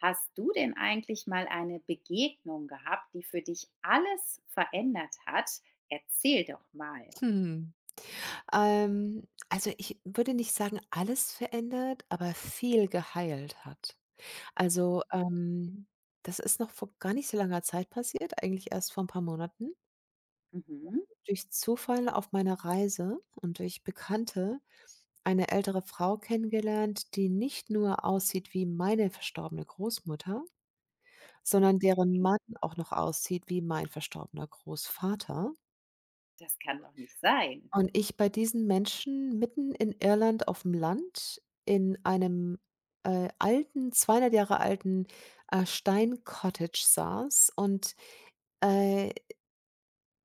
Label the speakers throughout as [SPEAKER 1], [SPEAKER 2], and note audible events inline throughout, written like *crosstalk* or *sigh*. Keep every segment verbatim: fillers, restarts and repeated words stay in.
[SPEAKER 1] Hast du denn eigentlich mal eine Begegnung gehabt, die für dich alles verändert hat? Erzähl doch mal.
[SPEAKER 2] Hm. Ähm, also, ich würde nicht sagen, alles verändert, aber viel geheilt hat. Also, ähm, das ist noch vor gar nicht so langer Zeit passiert, eigentlich erst vor ein paar Monaten.
[SPEAKER 1] Mhm.
[SPEAKER 2] Durch Zufall auf meiner Reise und durch Bekannte eine ältere Frau kennengelernt, die nicht nur aussieht wie meine verstorbene Großmutter, sondern deren Mann auch noch aussieht wie mein verstorbener Großvater.
[SPEAKER 1] Das kann doch nicht sein.
[SPEAKER 2] Und ich bei diesen Menschen mitten in Irland auf'm Land in einem, äh, alten zweihundert Jahre alten, äh, Stein-Cottage saß und, äh,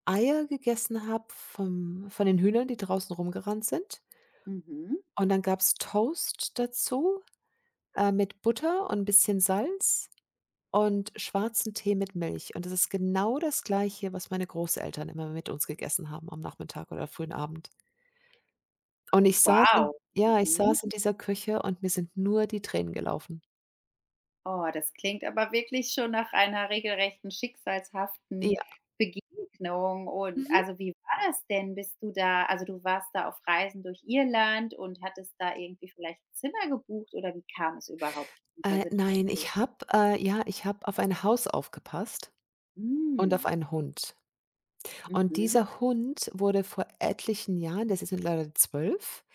[SPEAKER 2] Eier gegessen habe vom von den Hühnern, die draußen rumgerannt sind.
[SPEAKER 1] Mhm.
[SPEAKER 2] Und dann gab's Toast dazu, äh, mit Butter und 'n bisschen Salz und schwarzen Tee mit Milch. Und das ist genau das Gleiche, was meine Großeltern immer mit uns gegessen haben am Nachmittag oder frühen Abend. Und ich saß in
[SPEAKER 1] Wow.
[SPEAKER 2] ja, ich
[SPEAKER 1] Mhm.
[SPEAKER 2] saß in dieser Küche und mir sind nur die Tränen gelaufen.
[SPEAKER 1] Oh, das klingt aber wirklich schon nach einer regelrechten schicksalshaften
[SPEAKER 2] Ja.
[SPEAKER 1] Begegnung. Und
[SPEAKER 2] Mhm.
[SPEAKER 1] also wie war das denn? Bist du da, also du warst da auf Reisen durch Irland und hattest da irgendwie vielleicht ein Zimmer gebucht oder wie kam es überhaupt zu dieser
[SPEAKER 2] Äh, nein,
[SPEAKER 1] Situation?
[SPEAKER 2] ich habe äh, ja, ich habe auf ein Haus aufgepasst und auf
[SPEAKER 1] Mm.
[SPEAKER 2] einen Hund. Und
[SPEAKER 1] Mhm.
[SPEAKER 2] dieser Hund wurde vor etlichen Jahren, das ist mittlerweile zwölf,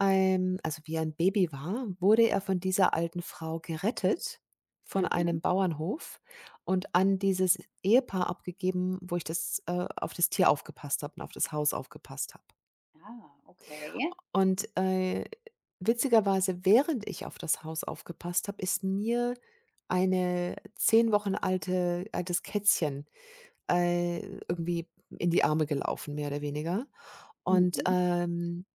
[SPEAKER 2] ähm, also wie er 'n Baby war, wurde er von dieser alten Frau gerettet von
[SPEAKER 1] Mhm.
[SPEAKER 2] einem Bauernhof und an dieses Ehepaar abgegeben, wo ich das äh, auf das Tier aufgepasst habe und auf das Haus aufgepasst habe.
[SPEAKER 1] Ah, okay.
[SPEAKER 2] Und, äh, Witzigerweise, während ich auf das Haus aufgepasst habe, ist mir eine zehn Wochen alte altes Kätzchen, äh, irgendwie in die Arme gelaufen, mehr oder weniger. Und,
[SPEAKER 1] Mhm.
[SPEAKER 2] ähm,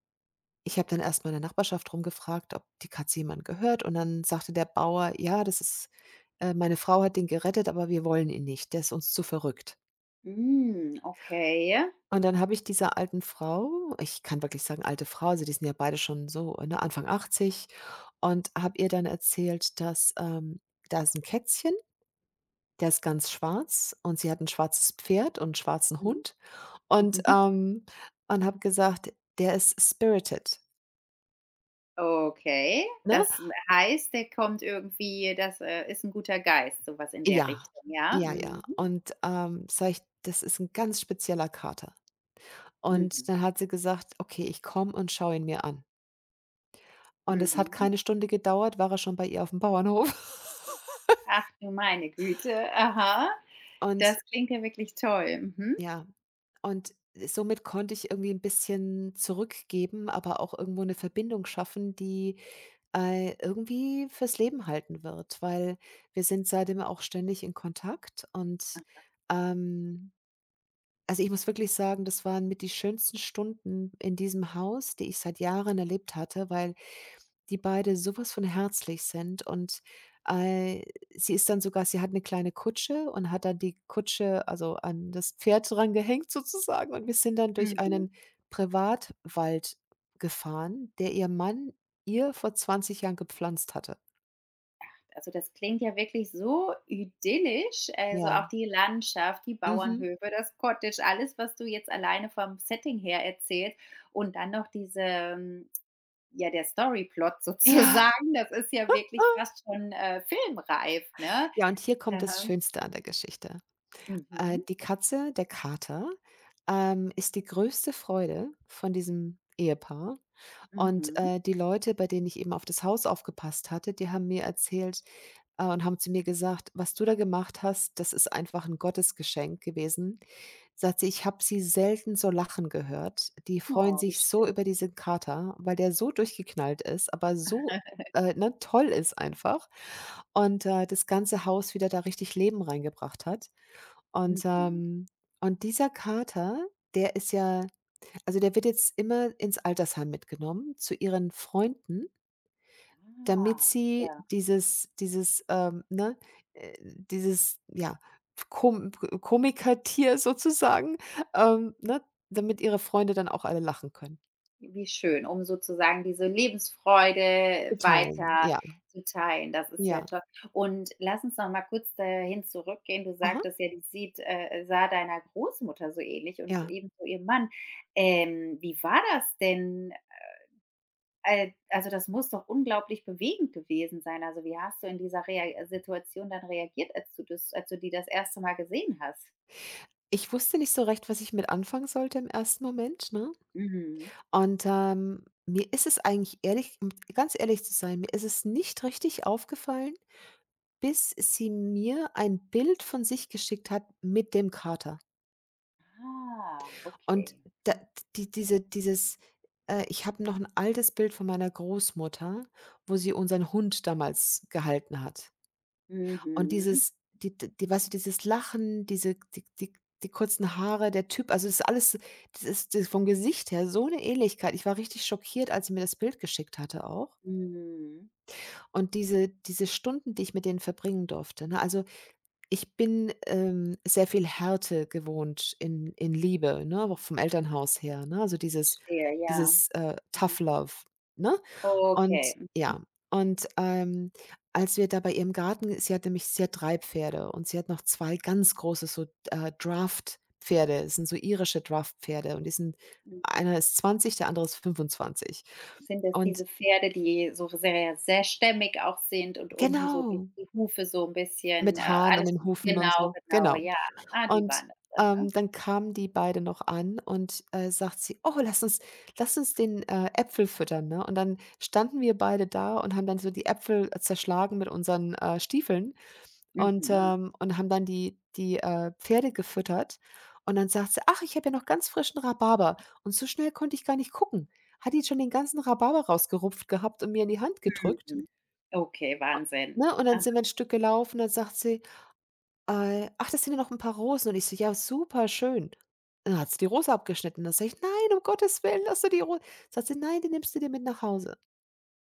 [SPEAKER 2] ich habe dann erst mal in der Nachbarschaft rumgefragt, ob die Katze jemand gehört, und dann sagte der Bauer: „Ja, das ist äh, meine Frau hat den gerettet, aber wir wollen ihn nicht, der ist uns zu verrückt.“
[SPEAKER 1] Hm, okay.
[SPEAKER 2] Und dann habe ich dieser alten Frau, ich kann wirklich sagen alte Frau, also die sind ja beide schon so, ne, Anfang achtzig, und habe ihr dann erzählt, dass, ähm da ist ein Kätzchen, der ist ganz schwarz, und sie hat ein schwarzes Pferd und 'n schwarzen
[SPEAKER 1] Mhm.
[SPEAKER 2] Hund
[SPEAKER 1] *laughs*
[SPEAKER 2] und,
[SPEAKER 1] Mhm.
[SPEAKER 2] ähm und habe gesagt: „Der ist spirited“,
[SPEAKER 1] Okay.
[SPEAKER 2] ne?
[SPEAKER 1] Das heißt, der kommt irgendwie das, äh, ist ein guter Geist, sowas in der
[SPEAKER 2] Ja,
[SPEAKER 1] Richtung, ja?
[SPEAKER 2] ja,
[SPEAKER 1] Mhm.
[SPEAKER 2] ja. Und, ähm, sage ich: „Das ist ein ganz spezieller Kater.“ Und
[SPEAKER 1] Mhm.
[SPEAKER 2] dann hat sie gesagt: „Okay, ich komme und schaue ihn mir an.“ Und es hat
[SPEAKER 1] Mhm.
[SPEAKER 2] keine Stunde gedauert, war er schon bei ihr auf dem Bauernhof.
[SPEAKER 1] Ach du meine Güte. Aha.
[SPEAKER 2] *laughs* Und
[SPEAKER 1] Das klingt ja wirklich toll. Mhm.
[SPEAKER 2] ja, und somit konnte ich irgendwie ein bisschen zurückgeben, aber auch irgendwo eine Verbindung schaffen, die, äh, irgendwie fürs Leben halten wird, weil wir sind seitdem auch ständig in Kontakt und, ähm also, ich muss wirklich sagen, das waren mit die schönsten Stunden in diesem Haus, die ich seit Jahren erlebt hatte, weil die beide sowas von herzlich sind und, äh, sie ist dann sogar sie hat eine kleine Kutsche und hat dann die Kutsche, also, an das Pferd dran gehängt sozusagen, und wir sind dann durch
[SPEAKER 1] Mhm.
[SPEAKER 2] einen Privatwald gefahren, der ihr Mann ihr vor zwanzig Jahren gepflanzt hatte.
[SPEAKER 1] Also, das klingt ja wirklich so idyllisch. Also,
[SPEAKER 2] Ja.
[SPEAKER 1] auch die Landschaft, die
[SPEAKER 2] Mhm.
[SPEAKER 1] Bauernhöfe, das Cottage, alles, was du jetzt alleine vom Setting her erzählst und dann noch diese ähm, Ja, der Storyplot *laughs*
[SPEAKER 2] Ja.
[SPEAKER 1] sozusagen, das ist ja wirklich fast schon, äh, filmreif, ne?
[SPEAKER 2] Ja, und hier kommt das
[SPEAKER 1] Aha.
[SPEAKER 2] Schönste an der Geschichte. Äh,
[SPEAKER 1] Mhm.
[SPEAKER 2] die Katze, der Kater, ähm, ist die größte Freude von diesem Ehepaar. Und,
[SPEAKER 1] Mhm.
[SPEAKER 2] äh, die Leute, bei denen ich eben auf das Haus aufgepasst hatte, die haben mir erzählt äh, und haben zu mir gesagt: „Was du da gemacht hast, das ist einfach ein Gottesgeschenk gewesen.“ Sagt sie: „Ich habe sie selten so lachen gehört. Die freuen
[SPEAKER 1] Oh, wie
[SPEAKER 2] sich so über
[SPEAKER 1] schön.
[SPEAKER 2] diesen Kater, weil der so durchgeknallt ist, aber so,
[SPEAKER 1] *laughs*
[SPEAKER 2] äh, ne, toll ist einfach und, äh, das ganze Haus wieder da richtig Leben reingebracht hat.“ Und,
[SPEAKER 1] Mhm.
[SPEAKER 2] ähm und dieser Kater, der ist ja also, der wird jetzt immer ins Altersheim mitgenommen zu ihren Freunden, damit
[SPEAKER 1] Ah,
[SPEAKER 2] sie
[SPEAKER 1] ja,
[SPEAKER 2] dieses dieses, ähm, ne, äh, dieses, ja, Kom Komikertier sozusagen, ähm, ne, damit ihre Freunde dann auch alle lachen können.
[SPEAKER 1] wie schön, um sozusagen diese
[SPEAKER 2] Zu
[SPEAKER 1] Lebensfreude
[SPEAKER 2] teilen,
[SPEAKER 1] weiter
[SPEAKER 2] ja,
[SPEAKER 1] zu teilen. Das ist ja
[SPEAKER 2] ja.
[SPEAKER 1] toll. Und lass uns noch mal kurz dahin zurückgehen. Du
[SPEAKER 2] Aha,
[SPEAKER 1] sagtest ja, die sieht äh, sah deiner Großmutter so ähnlich und
[SPEAKER 2] ja.
[SPEAKER 1] ebenso ihr Mann. Ähm, wie war das denn, Al also, das muss doch unglaublich bewegend gewesen sein. Also, wie hast du in dieser Rea äh, Situation dann reagiert, als du das als du die das erste Mal gesehen hast?
[SPEAKER 2] Ich wusste nicht so recht, was ich mit anfangen sollte im ersten Moment, ne?
[SPEAKER 1] Mhm.
[SPEAKER 2] Und, ähm, mir ist es eigentlich ehrlich um ganz ehrlich zu sein, mir ist es nicht richtig aufgefallen, bis sie mir ein Bild von sich geschickt hat mit dem Kater.
[SPEAKER 1] Ah,
[SPEAKER 2] Und
[SPEAKER 1] okay.
[SPEAKER 2] da
[SPEAKER 1] Mhm.
[SPEAKER 2] die diese dieses äh, ich habe noch ein altes Bild von meiner Großmutter, wo sie unseren Hund damals gehalten hat. Und
[SPEAKER 1] Mhm.
[SPEAKER 2] dieses die d die weißt du, dieses Lachen, diese die die die kurzen Haare, der Typ, also, das ist alles das ist das ist vom Gesicht her so eine Ähnlichkeit. Ich war richtig schockiert, als sie mir das Bild geschickt hatte auch.
[SPEAKER 1] Mhm.
[SPEAKER 2] Und diese diese Stunden, die ich mit denen verbringen durfte, ne? Also, Ich bin, ähm, sehr viel Härte gewohnt in in Liebe, ne, auch vom Elternhaus her, ne? Also, dieses
[SPEAKER 1] Verstehe, ja.
[SPEAKER 2] dieses, äh,
[SPEAKER 1] Mhm.
[SPEAKER 2] Tough Love, ne? Und
[SPEAKER 1] Okay.
[SPEAKER 2] ja, und, ähm, als wir da bei ihr im Garten sie hat nämlich sie hat drei Pferde und sie hat noch zwei ganz große so, äh, Draft-Pferde. Das sind so irische Draft-Pferde, und die sind
[SPEAKER 1] Mhm. Mhm.
[SPEAKER 2] einer ist zwanzig, der andere ist fünfundzwanzig.
[SPEAKER 1] Sind das
[SPEAKER 2] Und
[SPEAKER 1] diese Pferde, die so sehr sehr stämmig auch sind und unten so die
[SPEAKER 2] genau,
[SPEAKER 1] die Hufe so ein bisschen, äh,
[SPEAKER 2] mit Haaren an
[SPEAKER 1] alles
[SPEAKER 2] den Hufen und
[SPEAKER 1] genau,
[SPEAKER 2] so,
[SPEAKER 1] genau,
[SPEAKER 2] genau.
[SPEAKER 1] ja. Ah, die
[SPEAKER 2] Und,
[SPEAKER 1] waren das. Aha.
[SPEAKER 2] ähm, dann kamen die beide noch an, und, äh, sagt sie: „Oh, lass uns lass uns den, äh, Äpfel füttern“, ne? Und dann standen wir beide da und haben dann so die Äpfel, äh, zerschlagen mit unseren, äh, Stiefeln und,
[SPEAKER 1] Mhm.
[SPEAKER 2] ähm und haben dann die die, äh, Pferde gefüttert. Und dann sagt sie: „Ach, ich habe ja noch ganz frischen Rhabarber.“ Und so schnell konnte ich gar nicht gucken. Hat die schon den ganzen Rhabarber rausgerupft gehabt und mir in die Hand
[SPEAKER 1] Mhm.
[SPEAKER 2] gedrückt,
[SPEAKER 1] Mhm. Okay, Wahnsinn.
[SPEAKER 2] ne? Und dann sind wir ein Stück gelaufen, dann sagt sie: äh: „Ach, das sind ja noch ein paar Rosen.“ Und ich so: „Ja, super schön.“ Dann hat sie die Rose abgeschnitten. Dann sage ich: „Nein, um Gottes Willen, lass du die Rose.“ Sagt sie: „Nein, die nimmst du dir mit nach Hause.“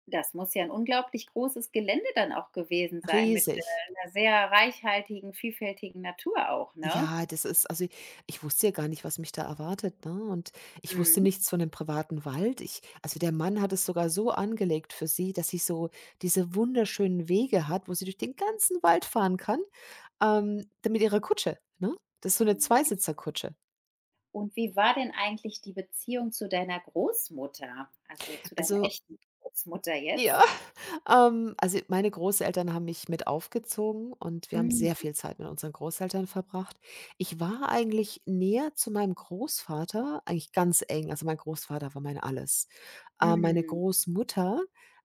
[SPEAKER 1] Das muss ja ein unglaublich großes Gelände dann auch gewesen sein mit, äh,
[SPEAKER 2] Riesig.
[SPEAKER 1] 'ner sehr reichhaltigen, vielfältigen Natur auch, ne?
[SPEAKER 2] Ja, das ist also, ich ich wusste ja gar nicht, was mich da erwartet, ne? Und ich wusste
[SPEAKER 1] Mhm.
[SPEAKER 2] nichts von dem privaten Wald. Ich also, der Mann hat es sogar so angelegt für sie, dass sie so diese wunderschönen Wege hat, wo sie durch den ganzen Wald fahren kann, ähm, da mit ihrer Kutsche, ne? Das ist so eine
[SPEAKER 1] Mhm.
[SPEAKER 2] Zweisitzerkutsche.
[SPEAKER 1] Und wie war denn eigentlich die Beziehung zu deiner Großmutter, also zu deiner
[SPEAKER 2] Also
[SPEAKER 1] echten Großmutter
[SPEAKER 2] ja,
[SPEAKER 1] jetzt?
[SPEAKER 2] *laughs* ähm, also meine Großeltern haben mich mit aufgezogen, und wir haben
[SPEAKER 1] Mhm,
[SPEAKER 2] sehr viel Zeit mit unseren Großeltern verbracht. Ich war eigentlich näher zu meinem Großvater, eigentlich ganz eng. Also mein Großvater war mein Alles. Äh, meine
[SPEAKER 1] mhm.
[SPEAKER 2] Großmutter,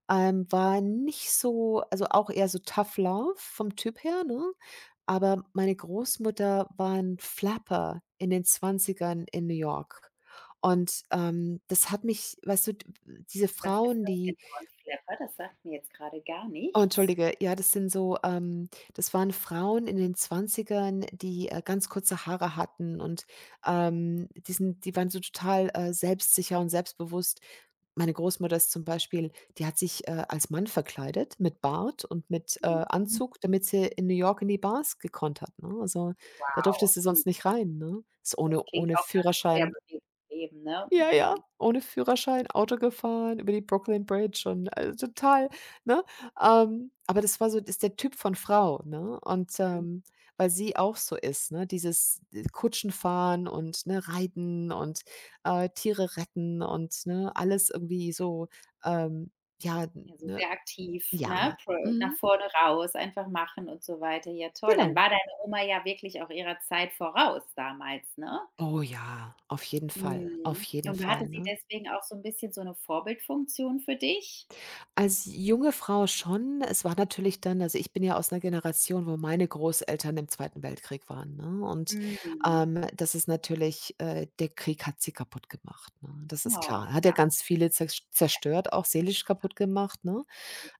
[SPEAKER 2] ähm, war nicht so also auch eher so Tough Love vom Typ her, ne? Aber meine Großmutter war ein Flapper in den Zwanzigern in New York. Und, ähm, das hat mich weißt du, d diese
[SPEAKER 1] Was ist
[SPEAKER 2] Frauen,
[SPEAKER 1] das
[SPEAKER 2] die
[SPEAKER 1] genau, 'n Flapper? Das sagt mir jetzt gerade gar
[SPEAKER 2] Oh,
[SPEAKER 1] nichts.
[SPEAKER 2] entschuldige. Ja, das sind so ähm, das waren Frauen in den Zwanzigern, die, äh, ganz kurze Haare hatten und, ähm, die sind die waren so total, äh, selbstsicher und selbstbewusst. Meine Großmutter ist zum Beispiel die hat sich, äh, als Mann verkleidet mit Bart und mit, äh,
[SPEAKER 1] Mhm.
[SPEAKER 2] Anzug, damit sie in New York in die Bars gekonnt hat, ne? Also, da durfte
[SPEAKER 1] Wow.
[SPEAKER 2] sie
[SPEAKER 1] Mhm.
[SPEAKER 2] sonst nicht rein, ne? Ist
[SPEAKER 1] Das
[SPEAKER 2] ohne
[SPEAKER 1] klingt
[SPEAKER 2] ohne
[SPEAKER 1] auch nach 'nem sehr
[SPEAKER 2] Führerschein.
[SPEAKER 1] bewegten Leben, ne?
[SPEAKER 2] Ja, ja,
[SPEAKER 1] Mhm.
[SPEAKER 2] ohne Führerschein Auto gefahren, über die Brooklyn Bridge und also total, ne? Ähm, aber das war so ist der Typ von Frau, ne? Und, ähm, weil sie auch so ist, ne, dieses Kutschenfahren und, ne, Reiten und, äh, Tiere retten und, ne, alles irgendwie so, ähm, ja,
[SPEAKER 1] Also,
[SPEAKER 2] ne
[SPEAKER 1] sehr aktiv,
[SPEAKER 2] ja.
[SPEAKER 1] ne, pro nach
[SPEAKER 2] Mhm,
[SPEAKER 1] vorne raus, einfach machen und so weiter. Ja, toll. Dann
[SPEAKER 2] genau.
[SPEAKER 1] war deine Oma ja wirklich auch ihrer Zeit voraus damals, ne?
[SPEAKER 2] Oh ja, auf jeden Fall, auf
[SPEAKER 1] Mhm.
[SPEAKER 2] jeden
[SPEAKER 1] Und hatte
[SPEAKER 2] Fall,
[SPEAKER 1] sie
[SPEAKER 2] ne?
[SPEAKER 1] deswegen auch so ein bisschen so eine Vorbildfunktion für dich?
[SPEAKER 2] Als junge Frau schon. Es war natürlich dann also, ich bin ja aus einer Generation, wo meine Großeltern im Zweiten Weltkrieg waren, ne? Und,
[SPEAKER 1] Mhm.
[SPEAKER 2] ähm, das ist natürlich äh, der Krieg hat sie kaputt gemacht, ne? Das ist
[SPEAKER 1] Oh,
[SPEAKER 2] klar. Hat ja
[SPEAKER 1] ja.
[SPEAKER 2] ganz viele zersch zerstört, auch seelisch kaputt gemacht, ne?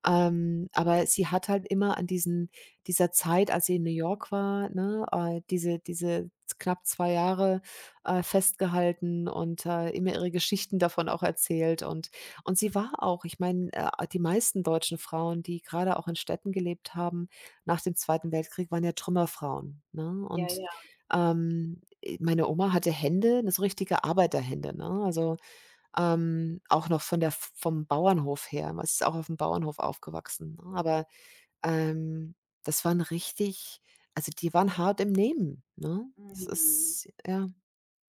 [SPEAKER 2] Ähm, aber sie hat halt immer an diesen dieser Zeit, als sie in New York war, ne, äh, diese diese knapp zwei Jahre, äh, festgehalten und, äh, immer ihre Geschichten davon auch erzählt. Und und sie war auch ich meine, äh, die meisten deutschen Frauen, die gerade auch in Städten gelebt haben nach dem Zweiten Weltkrieg, waren ja Trümmerfrauen, ne?
[SPEAKER 1] Ja,
[SPEAKER 2] Und,
[SPEAKER 1] ja. Mhm.
[SPEAKER 2] ähm, äh, meine Oma hatte Hände, ne, so richtige Arbeiterhände, ne? Also ähm, auch noch von der vom Bauernhof her. Man ist auch auf'm Bauernhof aufgewachsen, ne? Aber, ähm, das waren richtig also, die waren hart im Nehmen, ne? Das
[SPEAKER 1] Mhm.
[SPEAKER 2] ist ja.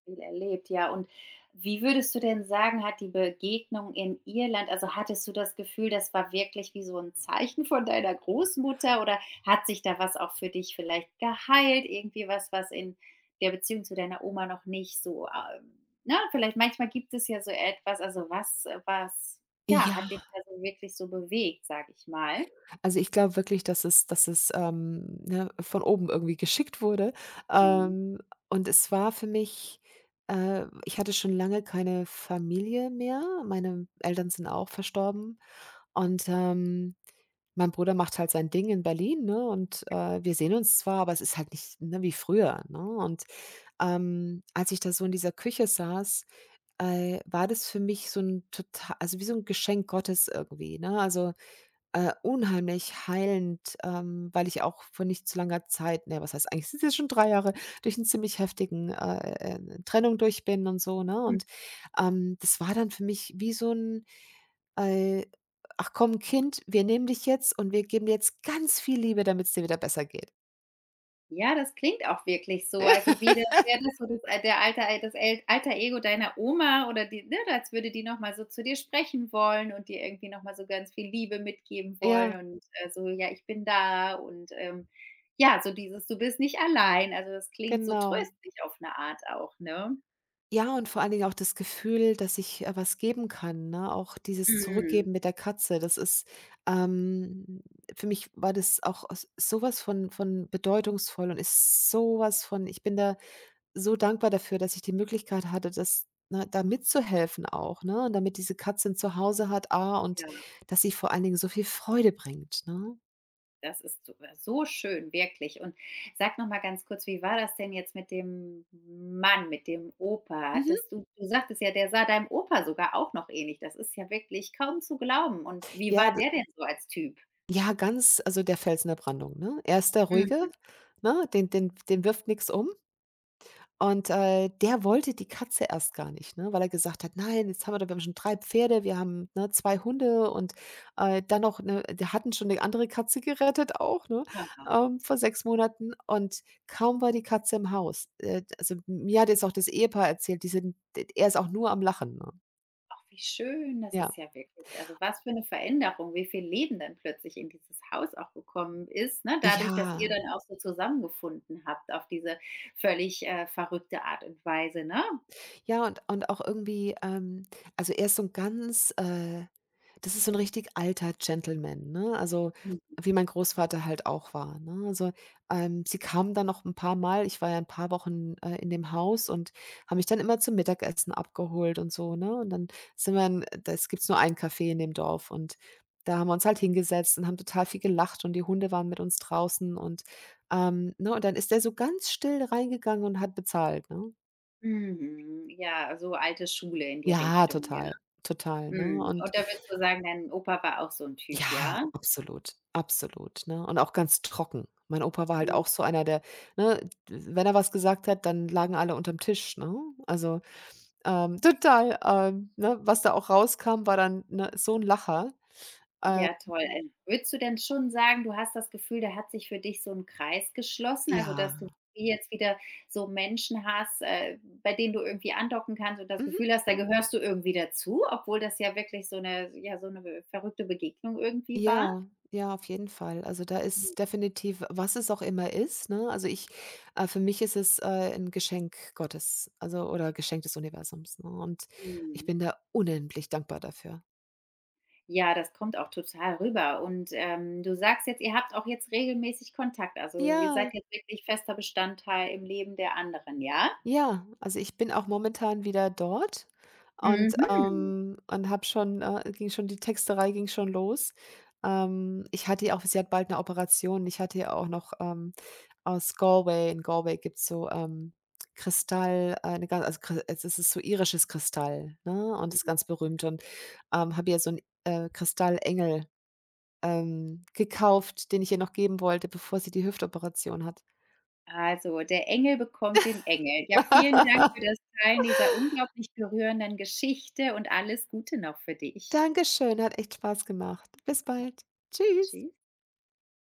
[SPEAKER 1] Viel erlebt, ja. Und wie würdest du denn sagen, hat die Begegnung in Irland also, hattest du das Gefühl, das war wirklich wie so ein Zeichen von deiner Großmutter oder hat sich da was auch für dich vielleicht geheilt? Irgendwie was, was in der Beziehung zu deiner Oma noch nicht so, ähm ne, vielleicht manchmal gibt es ja so etwas, also was äh, was, ja,
[SPEAKER 2] Ja,
[SPEAKER 1] hat dich da so wirklich so bewegt, sage ich mal?
[SPEAKER 2] also, ich glaube wirklich, dass es dass es, ähm, ne, von oben irgendwie geschickt wurde.
[SPEAKER 1] Mhm.
[SPEAKER 2] Ähm, und es war für mich äh, ich hatte schon lange keine Familie mehr. Meine Eltern sind auch verstorben. Und, ähm, mein Bruder macht halt sein Ding in Berlin, ne, und, äh, wir sehen uns zwar, aber es ist halt nicht, ne, wie früher, ne? Und, ähm, als ich da so in dieser Küche saß, äh, war das für mich so ein total, also, wie so ein Geschenk Gottes irgendwie, ne? Also äh, unheimlich heilend, ähm, weil ich auch vor nicht zu langer Zeit ne, was heißt eigentlich, sind jetzt schon drei Jahre, durch einen ziemlich heftigen, äh, äh, äh, Trennung durch bin und so, ne? Und, ähm, das war dann für mich wie so ein, äh: „Ach komm, Kind, wir nehmen dich jetzt und wir geben dir jetzt ganz viel Liebe, damit es dir wieder besser geht.“
[SPEAKER 1] Ja, das klingt auch wirklich so. Also, wie das
[SPEAKER 2] *laughs*
[SPEAKER 1] wäre das so das al der alter äh, das el alter Ego deiner Oma oder die ne, als würde die noch mal so zu dir sprechen wollen und dir irgendwie noch mal so ganz viel Liebe mitgeben
[SPEAKER 2] Ja,
[SPEAKER 1] wollen und, äh, so: „Ja, ich bin da“ und, ähm, ja, so dieses: „Du bist nicht allein.“ Also, das klingt so
[SPEAKER 2] genau.
[SPEAKER 1] tröstlich auf eine Art auch, ne?
[SPEAKER 2] Ja, und vor allen Dingen auch das Gefühl, dass ich, äh, was geben kann, ne? Auch dieses
[SPEAKER 1] Mhm.
[SPEAKER 2] Zurückgeben mit der Katze, das ist, ähm für mich war das auch s so von von bedeutungsvoll, und ist sowas von ich bin da so dankbar dafür, dass ich die Möglichkeit hatte, das ne, da mitzuhelfen auch, ne? Und damit diese Katze ein Zuhause hat, ah, und
[SPEAKER 1] Ja.
[SPEAKER 2] dass sie vor allen Dingen so viel Freude bringt, ne?
[SPEAKER 1] Das ist so äh, so schön, wirklich. Und sag noch mal ganz kurz, wie war das denn jetzt mit dem Mann, mit dem Opa?
[SPEAKER 2] Mhm.
[SPEAKER 1] Hattest du du sagtest ja, der sah deinem Opa sogar auch noch ähnlich. Das ist ja wirklich kaum zu glauben. Und wie
[SPEAKER 2] Ja,
[SPEAKER 1] war
[SPEAKER 2] d
[SPEAKER 1] der denn so als Typ?
[SPEAKER 2] ja, ganz also, der Fels in der Brandung, ne? Er ist der Ruhige,
[SPEAKER 1] Mhm.
[SPEAKER 2] ne? Den den den wirft nichts um. Und, äh, der wollte die Katze erst gar nicht, ne, weil er gesagt hat: „Nein, jetzt haben wir doch wir haben schon drei Pferde, wir haben, ne, zwei Hunde und, äh, dann noch 'ne“ wir hatten schon eine andere Katze gerettet auch, ne,
[SPEAKER 1] Ah,
[SPEAKER 2] ähm, vor sechs Monaten und kaum war die Katze im Haus. Äh, also, mir hat jetzt auch das Ehepaar erzählt, die sind er ist auch nur am Lachen, ne?
[SPEAKER 1] ach, wie schön. Das ist
[SPEAKER 2] Ja.
[SPEAKER 1] ja wirklich also was für eine Veränderung, wie viel Leben dann plötzlich in dieses Haus auch gekommen ist, ne? Dadurch, dass ihr
[SPEAKER 2] Ja.
[SPEAKER 1] dann auch so zusammengefunden habt auf diese völlig, äh, verrückte Art und Weise, ne?
[SPEAKER 2] Ja, und und auch irgendwie, ähm also, er ist so ein ganz, äh das ist so 'n richtig alter Gentleman, ne? Also, wie mein Großvater halt auch war, ne? Also, ähm, sie kamen dann noch 'n paarmal ich war ja 'n paar Wochen, äh, in dem Haus und haben mich dann immer zum Mittagessen abgeholt und so, ne? Und dann sind wir in das gibt's nur ein Café in dem Dorf, und da haben wir uns halt hingesetzt und haben total viel gelacht und die Hunde waren mit uns draußen und, ähm, ne, und dann ist der so ganz still reingegangen und hat bezahlt, ne?
[SPEAKER 1] Mhm, ja, so alte Schule in die
[SPEAKER 2] Ja,
[SPEAKER 1] Richtung, ja?
[SPEAKER 2] total, total, ne?
[SPEAKER 1] Mhm.
[SPEAKER 2] Und
[SPEAKER 1] Und da würdest du sagen, dein Opa war auch so 'n Typ,
[SPEAKER 2] ja,
[SPEAKER 1] ja?
[SPEAKER 2] absolut, absolut, ne? Und auch ganz trocken. Mein Opa war halt
[SPEAKER 1] Mhm.
[SPEAKER 2] auch so einer, der ne, wenn er was gesagt hat, dann lagen alle unterm Tisch, ne? Also, ähm, total, ähm, ne, was da auch rauskam, war dann, ne, so ein Lacher. Äh,
[SPEAKER 1] Ja, toll. Ähm, würdest du denn schon sagen, du hast das Gefühl, da hat sich für dich so 'n Kreis geschlossen, also,
[SPEAKER 2] ja,
[SPEAKER 1] dass du jetzt wieder so Menschen hast, äh, bei denen du irgendwie andocken kannst und das
[SPEAKER 2] mhm,
[SPEAKER 1] Gefühl hast, da gehörst du irgendwie dazu, obwohl das ja wirklich so 'ne ja, so 'ne verrückte Begegnung irgendwie war?
[SPEAKER 2] ja, ja, auf jeden Fall. Also, da ist definitiv was es auch immer ist, ne? Also, ich äh, für mich ist es, äh, 'n Geschenk Gottes, also oder Geschenk des Universums, ne? Und ich
[SPEAKER 1] Mhm.
[SPEAKER 2] bin da unendlich dankbar dafür.
[SPEAKER 1] Ja, das kommt auch total rüber. Und, ähm, du sagst jetzt, ihr habt auch jetzt regelmäßig Kontakt. Also, ihr seid
[SPEAKER 2] Ja.
[SPEAKER 1] jetzt wirklich fester Bestandteil im Leben der anderen, ja?
[SPEAKER 2] Ja, also ich bin auch momentan wieder dort und,
[SPEAKER 1] Mhm.
[SPEAKER 2] ähm und habe schon äh, ging schon die Texterei ging schon los. Ähm, ich hatte ja auch sie hat bald eine Operation. Ich hatte ja auch noch, ähm, aus Galway in Galway gibt es so, ähm, Kristall, äh, 'ne gan also kri es ist so irisches Kristall, ne, und ist
[SPEAKER 1] Mhm.
[SPEAKER 2] ganz berühmt und, ähm, habe ihr so 'n, äh, Kristallengel, ähm, gekauft, den ich ihr noch geben wollte, bevor sie die Hüftoperation hat.
[SPEAKER 1] Also, der Engel bekommt den Engel. Ja, vielen Dank für
[SPEAKER 2] *laughs*
[SPEAKER 1] das Teilen dieser unglaublich berührenden Geschichte und alles Gute noch für dich.
[SPEAKER 2] Dankeschön, hat echt Spaß gemacht. Bis bald. Tschüss.
[SPEAKER 1] Tschüss.